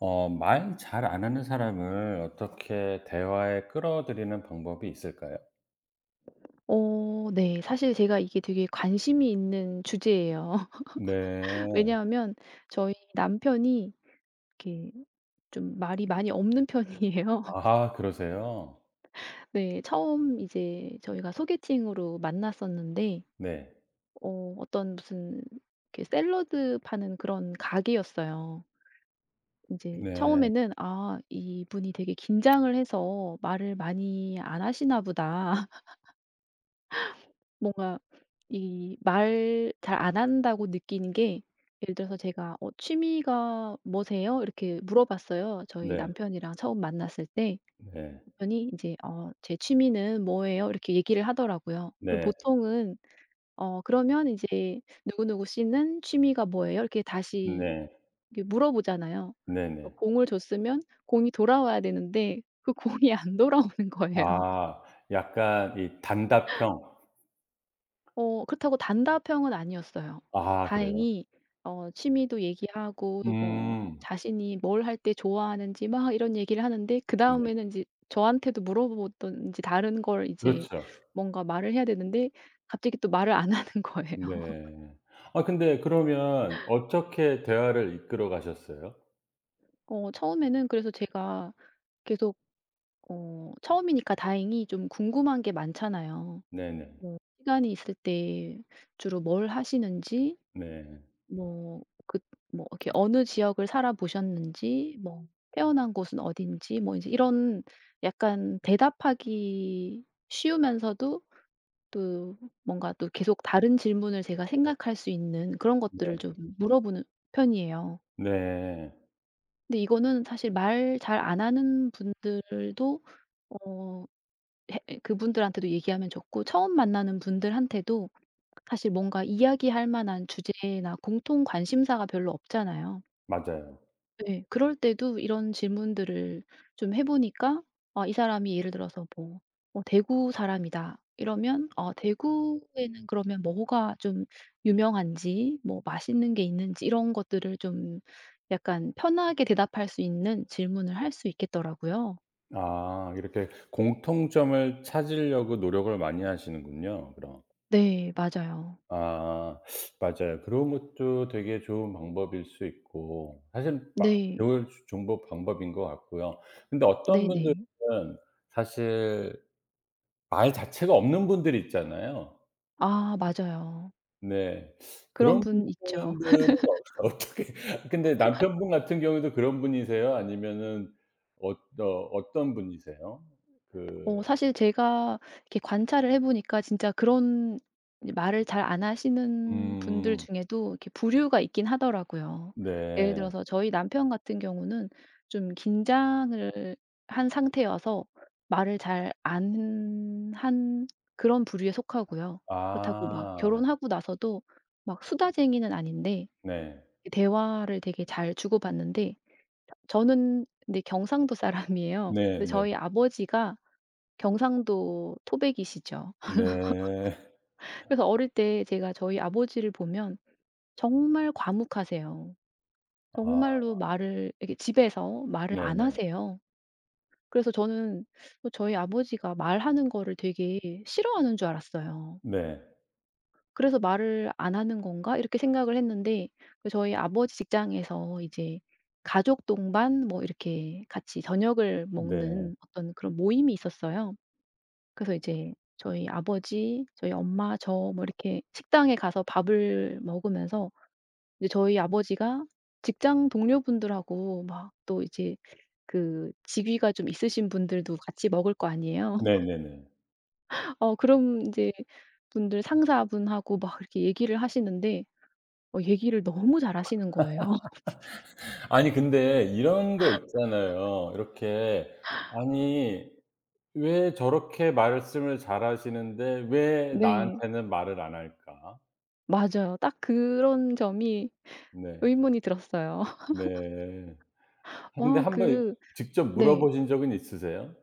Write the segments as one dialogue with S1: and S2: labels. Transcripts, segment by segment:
S1: 말 잘 안 하는 사람을 어떻게 대화에 끌어들이는 방법이 있을까요?
S2: 네. 사실 제가 이게 되게 관심이 있는 주제예요.
S1: 네.
S2: 왜냐하면 저희 남편이 이렇게 좀 말이 많이 없는 편이에요.
S1: 아, 그러세요?
S2: 네. 처음 이제 저희가 소개팅으로 만났었는데
S1: 네.
S2: 어 어떤 무슨 이렇게 샐러드 파는 그런 가게였어요. 이제
S1: 네.
S2: 처음에는 '아 이분이 되게 긴장을 해서 말을 많이 안 하시나 보다.' 뭔가 이 말 잘 안 한다고 느끼는 게 예를 들어서 제가 "어 취미가 뭐세요?" 이렇게 물어봤어요. 저희
S1: 네.
S2: 남편이랑 처음 만났을 때
S1: 네.
S2: 남편이 인제 "어 제 취미는 뭐예요?" 이렇게 얘기를 하더라고요. 그리고
S1: 네.
S2: 보통은 어 그러면 이제 "누구누구 씨는 취미가 뭐예요?" 이렇게 다시
S1: 네.
S2: 이렇게 물어보잖아요. 어
S1: 네네.
S2: 공을 줬으면 공이 돌아와야 되는데 그 공이 안 돌아오는 거예요.
S1: 아, 약간 이 단답형.
S2: 어 그렇다고 단답형은 아니었어요.
S1: 아, 그래요?
S2: 다행히 어 취미도 얘기하고 뭐
S1: 음.
S2: 자신이 뭘 할 때 좋아하는지 막 이런 얘기를 하는데
S1: 네.
S2: 그다음에는 인제 저한테도 물어보던지 다른 걸 이제
S1: 그렇죠.
S2: 뭔가 말을 해야 되는데 갑자기 또 말을 안 하는 거예요.
S1: 네. 아, 근데 그러면 어떻게 대화를 이끌어 가셨어요?
S2: 어 처음에는 그래서 제가 계속 어 처음이니까 다행히 좀 궁금한 게 많잖아요.
S1: 네네.
S2: 뭐 시간이 있을 때 주로 뭘 하시는지
S1: 네.
S2: 뭐 그 뭐 이렇게 어느 지역을 살아 보셨는지 뭐 태어난 곳은 어딘지 뭐 이제 이런 약간 대답하기 쉬우면서도 또 뭔가 또 계속 다른 질문을 제가 생각할 수 있는 그런
S1: 네.
S2: 것들을
S1: 네.
S2: 좀 물어보는 편이에요.
S1: 네.
S2: 근데 이거는 사실 말 잘 안 하는 분들도 어 해 그분들한테도 얘기하면 좋고 처음 만나는 분들한테도 사실 뭔가 이야기할 만한 주제나 공통 관심사가 별로 없잖아요.
S1: 맞아요.
S2: 네. 그럴 때도 이런 질문들을 좀 해 보니까 어 이 사람이 예를 들어서 뭐 "대구 사람이다." 이러면 어 대구에는 그러면 뭐가 좀 유명한지 뭐 맛있는 게 있는지 이런 것들을 좀 약간 편하게 대답할 수 있는 질문을 할 수 있겠더라고요.
S1: 아, 이렇게 공통점을 찾으려고 노력을 많이 하시는군요 그럼.
S2: 네. 맞아요.
S1: 아, 맞아요. 그런 것도 되게 좋은 방법일 수 있고 사실 바
S2: 네.
S1: 배울 정보 방법인 것 같고요. 근데 어떤 분들은
S2: 네네.
S1: 사실 말 자체가 없는 분들이 있잖아요.
S2: 아 맞아요.
S1: 네.
S2: 그런
S1: 그런
S2: 분 있죠.
S1: 분들은 어떻게 근데 남편분 같은 경우도 그런 분이세요? 아니면은 어 어 어떤 분이세요?
S2: 어
S1: 그
S2: 사실 제가 이렇게 관찰을 해 보니까 진짜 그런 이제 말을 잘 안 하시는 분들
S1: 음.
S2: 중에도 이렇게 부류가 있긴 하더라고요. 예를
S1: 네.
S2: 들어서 저희 남편 같은 경우는 좀 긴장을 한 상태여서 말을 잘 안 한 그런 부류에 속하고요. 그렇다고 막
S1: 아.
S2: 결혼하고 나서도 막 수다쟁이는 아닌데
S1: 네.
S2: 대화를 되게 잘 주고받는데 저는 근데 경상도 사람이에요. 근데
S1: 네네. 네.
S2: 저희 아버지가 경상도 토백이시죠.
S1: 네.
S2: 그래서 어릴 때 제가 저희 아버지를 보면 정말 과묵하세요.
S1: 아,
S2: 정말로 말을 이렇게 집에서 말을 안
S1: 네네.
S2: 하세요. 그래서 저는 뭐 저희 아버지가 말하는 거를 되게 싫어하는 줄 알았어요.
S1: 네.
S2: 그래서 '말을 안 하는 건가?' 이렇게 생각을 했는데 그 저희 아버지 직장에서 이제 가족 동반 뭐 이렇게 같이 저녁을
S1: 네.
S2: 먹는 어떤 그런 모임이 있었어요. 그래서 이제 저희 아버지, 저희 엄마, 저 뭐 이렇게 식당에 가서 밥을 먹으면서 이제 저희 아버지가 직장 동료분들하고 막 또 이제 그 직위가 좀 있으신 분들도 같이 먹을 거 아니에요.
S1: 네 네 네.
S2: 어 그럼 이제 분들 상사분하고 막 이렇게 얘기를 하시는데 어 얘기를 너무 잘하시는 거예요.
S1: 아니, 근데 이런 거 있잖아요. 이렇게 아니 왜 저렇게 말씀을 잘하시는데 왜
S2: 네.
S1: 나한테는 말을 안 할까?
S2: 맞아요. 딱 그런 점이
S1: 네.
S2: 의문이 들었어요.
S1: 네. 아, 근데
S2: 와
S1: 한번
S2: 그
S1: 직접
S2: 네.
S1: 물어보신 적은 있으세요?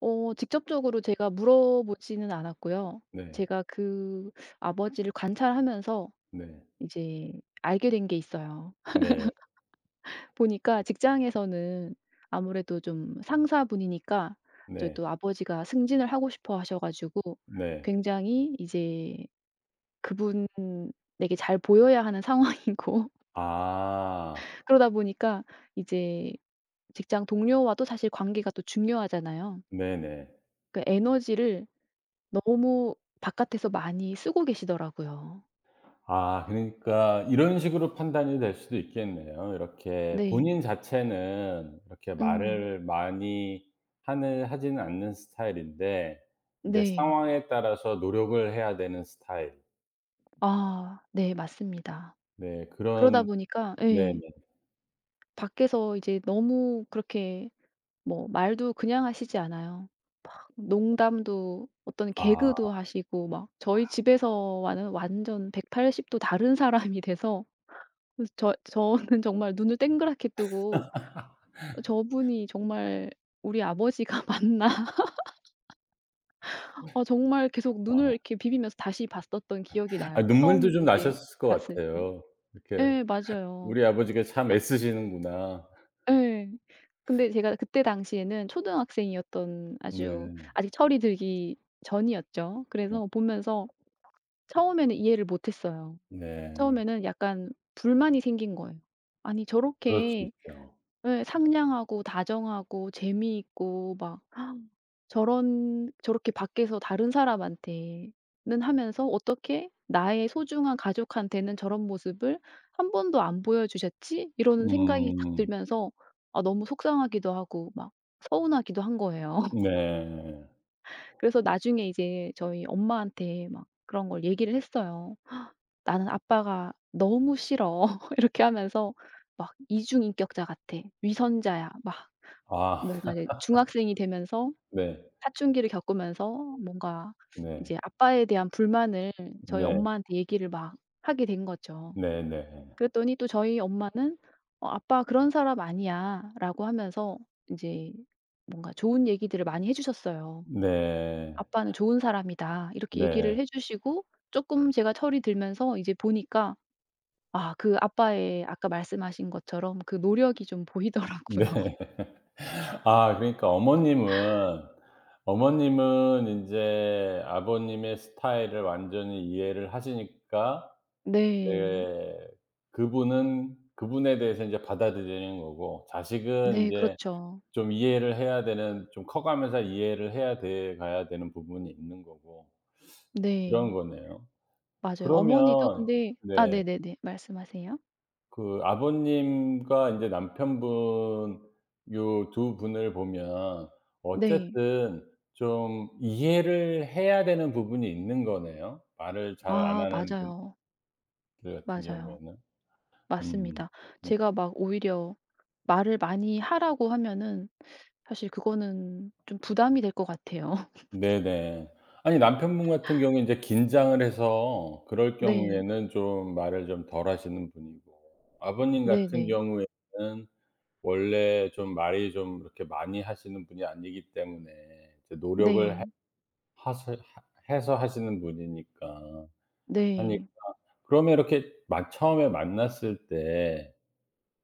S2: 어 직접적으로 제가 물어보지는 않았고요.
S1: 네.
S2: 제가 그 아버지를 관찰하면서
S1: 네.
S2: 이제 알게 된 게 있어요.
S1: 네.
S2: 보니까 직장에서는 아무래도 좀 상사분이니까 저희
S1: 네.
S2: 또 아버지가 승진을 하고 싶어 하셔 가지고
S1: 네.
S2: 굉장히 이제 그분에게 잘 보여야 하는 상황이고
S1: 아.
S2: 그러다 보니까 이제 직장 동료와도 사실 관계가 또 중요하잖아요.
S1: 네네.
S2: 그 에너지를 너무 바깥에서 많이 쓰고 계시더라고요.
S1: 아, 그러니까 이런 식으로 판단이 될 수도 있겠네요. 이렇게
S2: 네.
S1: 본인 자체는 이렇게
S2: 음.
S1: 말을 많이 하는 하지는 않는 스타일인데 이제
S2: 네.
S1: 상황에 따라서 노력을 해야 되는 스타일.
S2: 아 네 맞습니다.
S1: 네
S2: 그러다
S1: 그런
S2: 보니까
S1: 네네.
S2: 예 밖에서 이제 너무 그렇게 뭐 말도 그냥 하시지 않아요. 농담도 어떤
S1: 아
S2: 개그도 하시고 막 저희 집에서와는 완전 180도 다른 사람이 돼서 그래서 저는 정말 눈을 땡그랗게 뜨고 '저분이 정말 우리 아버지가 맞나?' 어 정말 계속 눈을
S1: 아.
S2: 이렇게 비비면서 다시 봤었던 기억이
S1: 아,
S2: 나요.
S1: 눈물도
S2: 처음
S1: 좀
S2: 인제
S1: 나셨을 것
S2: 갔을 때.
S1: 같아요. 이렇게
S2: 예 맞아요.
S1: '우리 아버지가 참
S2: 약
S1: 애쓰시는구나.'
S2: 예. 근데 제가 그때 당시에는 초등학생이었던 아주
S1: 네.
S2: 아직 철이 들기 전이었죠. 그래서 보면서 처음에는 이해를 못했어요.
S1: 네.
S2: 처음에는 약간 불만이 생긴 거예요. 아니
S1: 그럴 수
S2: 저렇게
S1: 있죠.
S2: 예 상냥하고 다정하고 재미있고 막 저런 저렇게 밖에서 다른 사람한테는 하면서 어떻게 '나의 소중한 가족한테는 저런 모습을 한 번도 안 보여주셨지?' 이런 생각이 딱
S1: 음.
S2: 들면서 아 너무 속상하기도 하고 막 서운하기도 한 거예요.
S1: 네.
S2: 그래서 나중에 이제 저희 엄마한테 막 그런 걸 얘기를 했어요. "나는 아빠가 너무 싫어." 이렇게 하면서 막 "이중인격자 같아. 위선자야." 막
S1: 아
S2: 뭔가 이제 중학생이 되면서
S1: 네.
S2: 사춘기를 겪으면서 뭔가
S1: 네.
S2: 이제 아빠에 대한 불만을 저희
S1: 네.
S2: 엄마한테 얘기를 막 하게 된 거죠.
S1: 네네.
S2: 그랬더니 또 저희 엄마는 "어 아빠 그런 사람 아니야."라고 하면서 이제 뭔가 좋은 얘기들을 많이 해 주셨어요.
S1: 네.
S2: "아빠는 좋은 사람이다." 이렇게 얘기를
S1: 네.
S2: 해 주시고 조금 제가 철이 들면서 이제 보니까 아 그 아빠의 아까 말씀하신 것처럼 그 노력이 좀 보이더라고요.
S1: 네. 아, 그러니까 어머님은 어머님은 인제 아버님의 스타일을 완전히 이해를 하시니까
S2: 네.
S1: 네 그분은 그분에 대해서 인제 받아들이는 거고 자식은
S2: 네
S1: 인제
S2: 그렇죠.
S1: 좀 이해를 해야 되는 좀 커가면서 이해를 해야 돼 가야 되는 부분이 있는 거고 그런
S2: 네.
S1: 거네요.
S2: 맞아요. 어머니도
S1: 그러면
S2: 근데 아
S1: 네.
S2: 네네네. 말씀하세요.
S1: 그 아버님과 이제 남편분 요 두 분을 보면
S2: 네.
S1: 어쨌든 좀 이해를 해야 되는 부분이 있는 거네요. 말을 잘 안
S2: 아
S1: 하는
S2: 맞아요.
S1: 분들 같은
S2: 맞아요.
S1: 경우에는. 음.
S2: 맞습니다.
S1: 음
S2: 제가 막 오히려 말을 많이 하라고 하면은 사실 그거는 좀 부담이 될 것 같아요.
S1: 네네. 아니, 남편분 같은 경우에 인제 긴장을 해서 그럴
S2: 네.
S1: 경우에는 좀 말을 좀 덜 하시는 분이고 아버님 같은
S2: 네네.
S1: 경우에는 원래 좀 말이 좀 이렇게 많이 하시는 분이 아니기 때문에 이제 노력을 해
S2: 네.
S1: 하세 하 해서 하시는 분이니까. 아니
S2: 네.
S1: 그러면 이렇게 막 처음에 만났을 때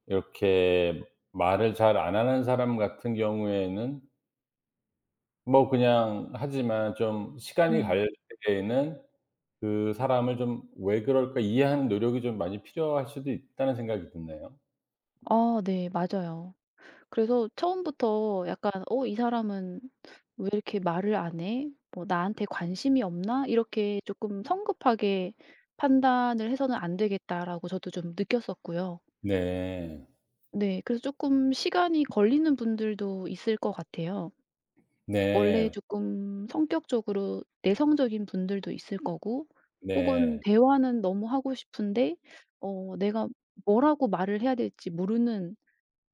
S1: 이렇게 말을 잘 안 하는 사람 같은 경우에는 뭐 그냥 하지만 좀 시간이
S2: 음.
S1: 갈 때에는 그 사람을 좀 '왜 그럴까?' 이해하는 노력이 좀 많이 필요할 수도 있다는 생각이 드네요.
S2: 아 네. 맞아요. 그래서 처음부터 약간 '어 이 사람은 왜 이렇게 말을 안 해? 뭐 나한테 관심이 없나?' 이렇게 조금 성급하게 판단을 해서는 안 되겠다라고 저도 좀 느꼈었고요.
S1: 네.
S2: 네. 그래서 조금 시간이 걸리는 분들도 있을 것 같아요. 원래
S1: 네.
S2: 조금 성격적으로 내성적인 분들도 있을 거고 혹은
S1: 네.
S2: 대화는 너무 하고 싶은데 어 내가 뭐라고 말을 해야 될지 모르는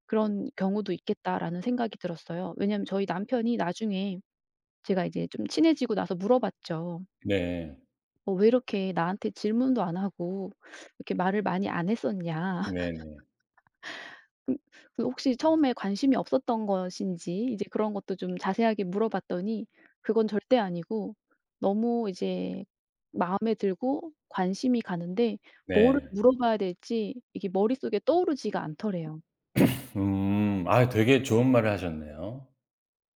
S2: 그런 경우도 있겠다라는 생각이 들었어요. 왜냐하면 저희 남편이 나중에 제가 이제 좀 친해지고 나서 물어봤죠.
S1: 네.
S2: "어 왜 이렇게 나한테 질문도 안 하고 이렇게 말을 많이 안 했었냐.
S1: 네네.
S2: 그 그 혹시 처음에 관심이 없었던 것인지." 이제 그런 것도 좀 자세하게 물어봤더니 그건 절대 아니고 너무 이제 마음에 들고 관심이 가는데
S1: 네.
S2: 뭐를
S1: 네.
S2: 물어봐야 될지 이게 머릿속에 떠오르지가 않더래요.
S1: 음. 아, 되게 좋은 말을 하셨네요.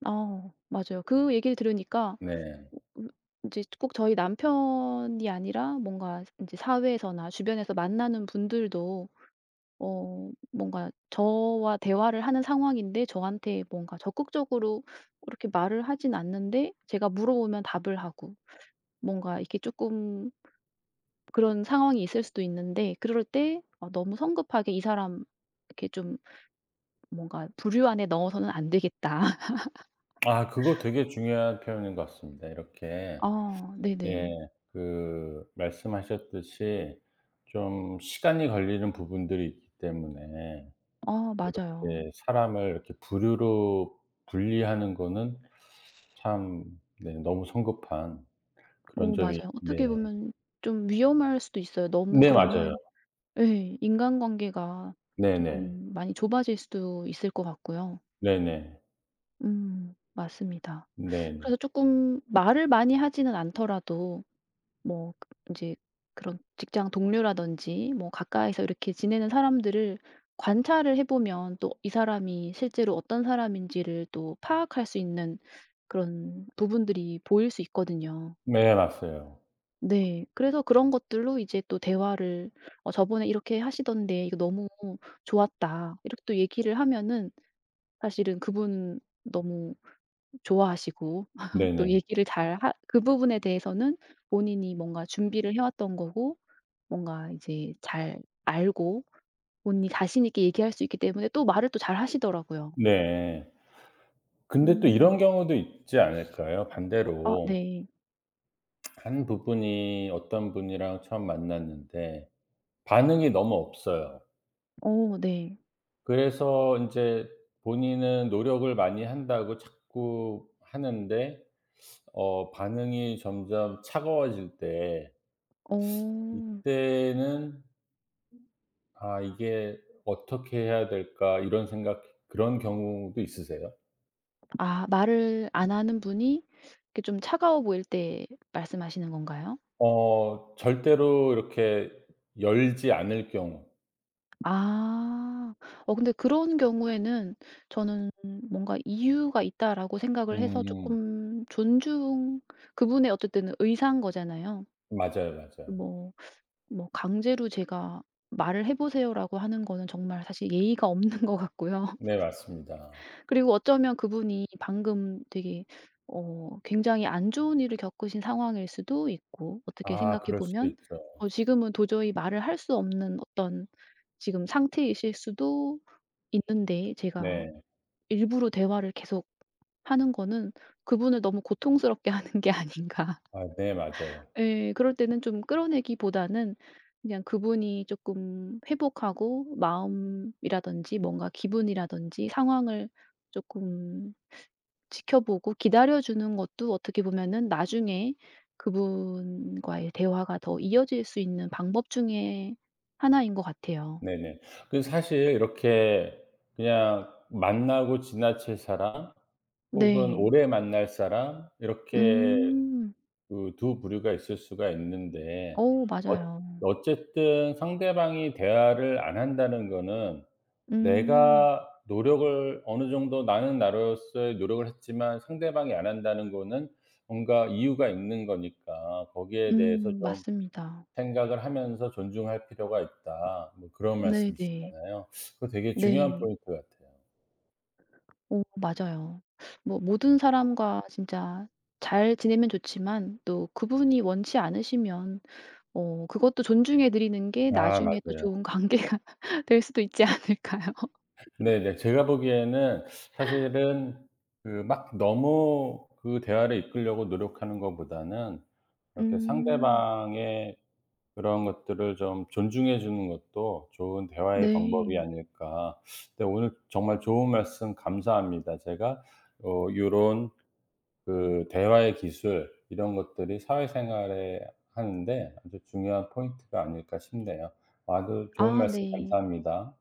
S2: 아 맞아요. 그 얘기를 들으니까
S1: 네.
S2: 음 인제 꼭 저희 남편이 아니라 뭔가 인제 사회에서나 주변에서 만나는 분들도 어 뭔가 저와 대화를 하는 상황인데 저한테 뭔가 적극적으로 그렇게 말을 하진 않는데 제가 물어보면 답을 하고 뭔가 이렇게 쪼끔 그런 상황이 있을 수도 있는데 그럴 때 어 너무 성급하게 '이 사람 이렇게 좀 뭔가 부류 안에 넣어서는 안 되겠다.'
S1: 아, 그거 되게 중요한 표현인 것 같습니다. 이렇게
S2: 아
S1: 예
S2: 네네.
S1: 그 말씀하셨듯이 좀 시간이 걸리는 부분들이 있기 때문에
S2: 아 맞아요.
S1: 이렇게 사람을 이렇게 부류로 분리하는 거는 참 네 너무 성급한 그런
S2: 어
S1: 점이
S2: 맞아요. 어떻게
S1: 네.
S2: 보면 좀 위험할 수도 있어요. 너무
S1: 네 맞아요.
S2: 그러면 예 인간관계가
S1: 네네.
S2: 쪼끔 많이 좁아질 수도 있을 것 같고요.
S1: 네네.
S2: 맞습니다.
S1: 네네.
S2: 그래서 쪼끔 말을 많이 하지는 않더라도 뭐 인제 그런 직장 동료라든지 뭐 가까이서 이렇게 지내는 사람들을 관찰을 해 보면 또 이 사람이 실제로 어떤 사람인지를 또 파악할 수 있는 그런 부분들이 보일 수 있거든요.
S1: 네 맞아요.
S2: 네. 그래서 그런 것들로 이제 또 대화를 "어 저번에 이렇게 하시던데 이거 너무 좋았다." 이렇게 또 얘기를 하면은 사실은 그분 너무 좋아하시고 또
S1: 네네.
S2: 얘기를 잘 하 그 부분에 대해서는 본인이 뭔가 준비를 해 왔던 거고 뭔가 이제 잘 알고 본인이 자신 있게 얘기할 수 있기 때문에 또 말을 또 잘 하시더라고요.
S1: 네. 근데 또 이런
S2: 음.
S1: 경우도 있지 않을까요?
S2: 아
S1: 반대로
S2: 네.
S1: 한 부분이 어떤 분이랑 처음 만났는데 반응이 너무 없어요.
S2: 어 네.
S1: 그래서 인제 본인은 노력을 많이 한다고 자꾸 하는데 반응이 점점 차가워질 때
S2: 어.
S1: 이때는 '아 이게 어떻게 해야 될까?' 이런 생각 그런 경우도 있으세요?
S2: 아 말을 안 하는 분이 이렇게 좀 차가워 보일 때 말씀하시는 건가요?
S1: 절대로 이렇게 열지 않을 경우.
S2: 아. 어 근데 그런 경우에는 저는 뭔가 '이유가 있다.'라고 생각을 해서
S1: 음
S2: 조금 존중 그분의 어쨌든 의사인 거잖아요.
S1: 맞아요, 맞아요.
S2: 뭐 뭐 강제로 제가 "말을 해 보세요."라고 하는 거는 정말 사실 예의가 없는 것 같고요.
S1: 네 맞습니다.
S2: 그리고 어쩌면 그분이 방금 되게 어 굉장히 안 좋은 일을 겪으신 상황일 수도 있고 어떻게
S1: 아,
S2: 생각해
S1: 그럴 수도
S2: 보면
S1: 있죠.
S2: 어 지금은 도저히 말을 할 수 없는 어떤 지금 상태이실 수도 있는데 제가
S1: 네.
S2: 일부러 대화를 계속 하는 거는 그분을 너무 고통스럽게 하는 게 아닌가.
S1: 아 네 맞아요.
S2: 예. 그럴 때는 좀 끌어내기보다는 그냥 그분이 쪼끔 회복하고 마음이라든지 뭔가 기분이라든지 상황을 쪼끔 지켜보고 기다려 주는 것도 어떻게 보면은 나중에 그분과의 대화가 더 이어질 수 있는 방법 중에 하나인 것 같아요.
S1: 네네. 그 사실 이렇게 그냥 만나고 지나칠 사람 혹은
S2: 네.
S1: 오래 만날 사람 이렇게
S2: 음.
S1: 그 두 부류가 있을 수가 있는데
S2: 어
S1: 어
S2: 맞아요.
S1: 어쨌든 상대방이 대화를 안 한다는 거는
S2: 음.
S1: 내가 노력을 어느 정도 나는 나로서의 노력을 했지만 상대방이 안 한다는 거는 뭔가 이유가 있는 거니까 거기에 대해서 좀
S2: 맞습니다.
S1: 생각을 하면서 존중할 필요가 있다. 뭐 그런
S2: 네네.
S1: 말씀이시잖아요. 그거 되게 중요한
S2: 네.
S1: 포인트 같아요.
S2: 어 맞아요. 뭐 모든 사람과 진짜 잘 지내면 좋지만 또 그분이 원치 않으시면 어 그것도 존중해 드리는 게
S1: 아,
S2: 나중에 더
S1: 맞아요.
S2: 좋은 관계가 될 수도 있지 않을까요?
S1: 네네. 제가 보기에는 사실은 그 막 너무 그 대화를 이끌려고 노력하는 것보다는 이렇게
S2: 음.
S1: 상대방의 그런 것들을 좀 존중해 주는 것도 좋은 대화의 방법이
S2: 네.
S1: 아닐까. 네 오늘 정말 좋은 말씀 감사합니다. 제가 요런 그 대화의 기술 이런 것들이 사회생활에 하는데 아주 중요한 포인트가 아닐까 싶네요. 아 그 좋은
S2: 아
S1: 말씀
S2: 네.
S1: 감사합니다.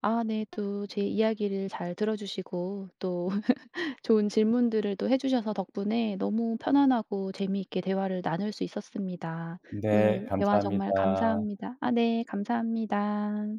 S2: 아 네. 또 제 이야기를 잘 들어 주시고 또 좋은 질문들을 또 해 주셔서 덕분에 너무 편안하고 재미있게 대화를 나눌 수 있었습니다.
S1: 네
S2: 오늘 대화 정말
S1: 감사합니다.
S2: 감사합니다. 아 네. 감사합니다.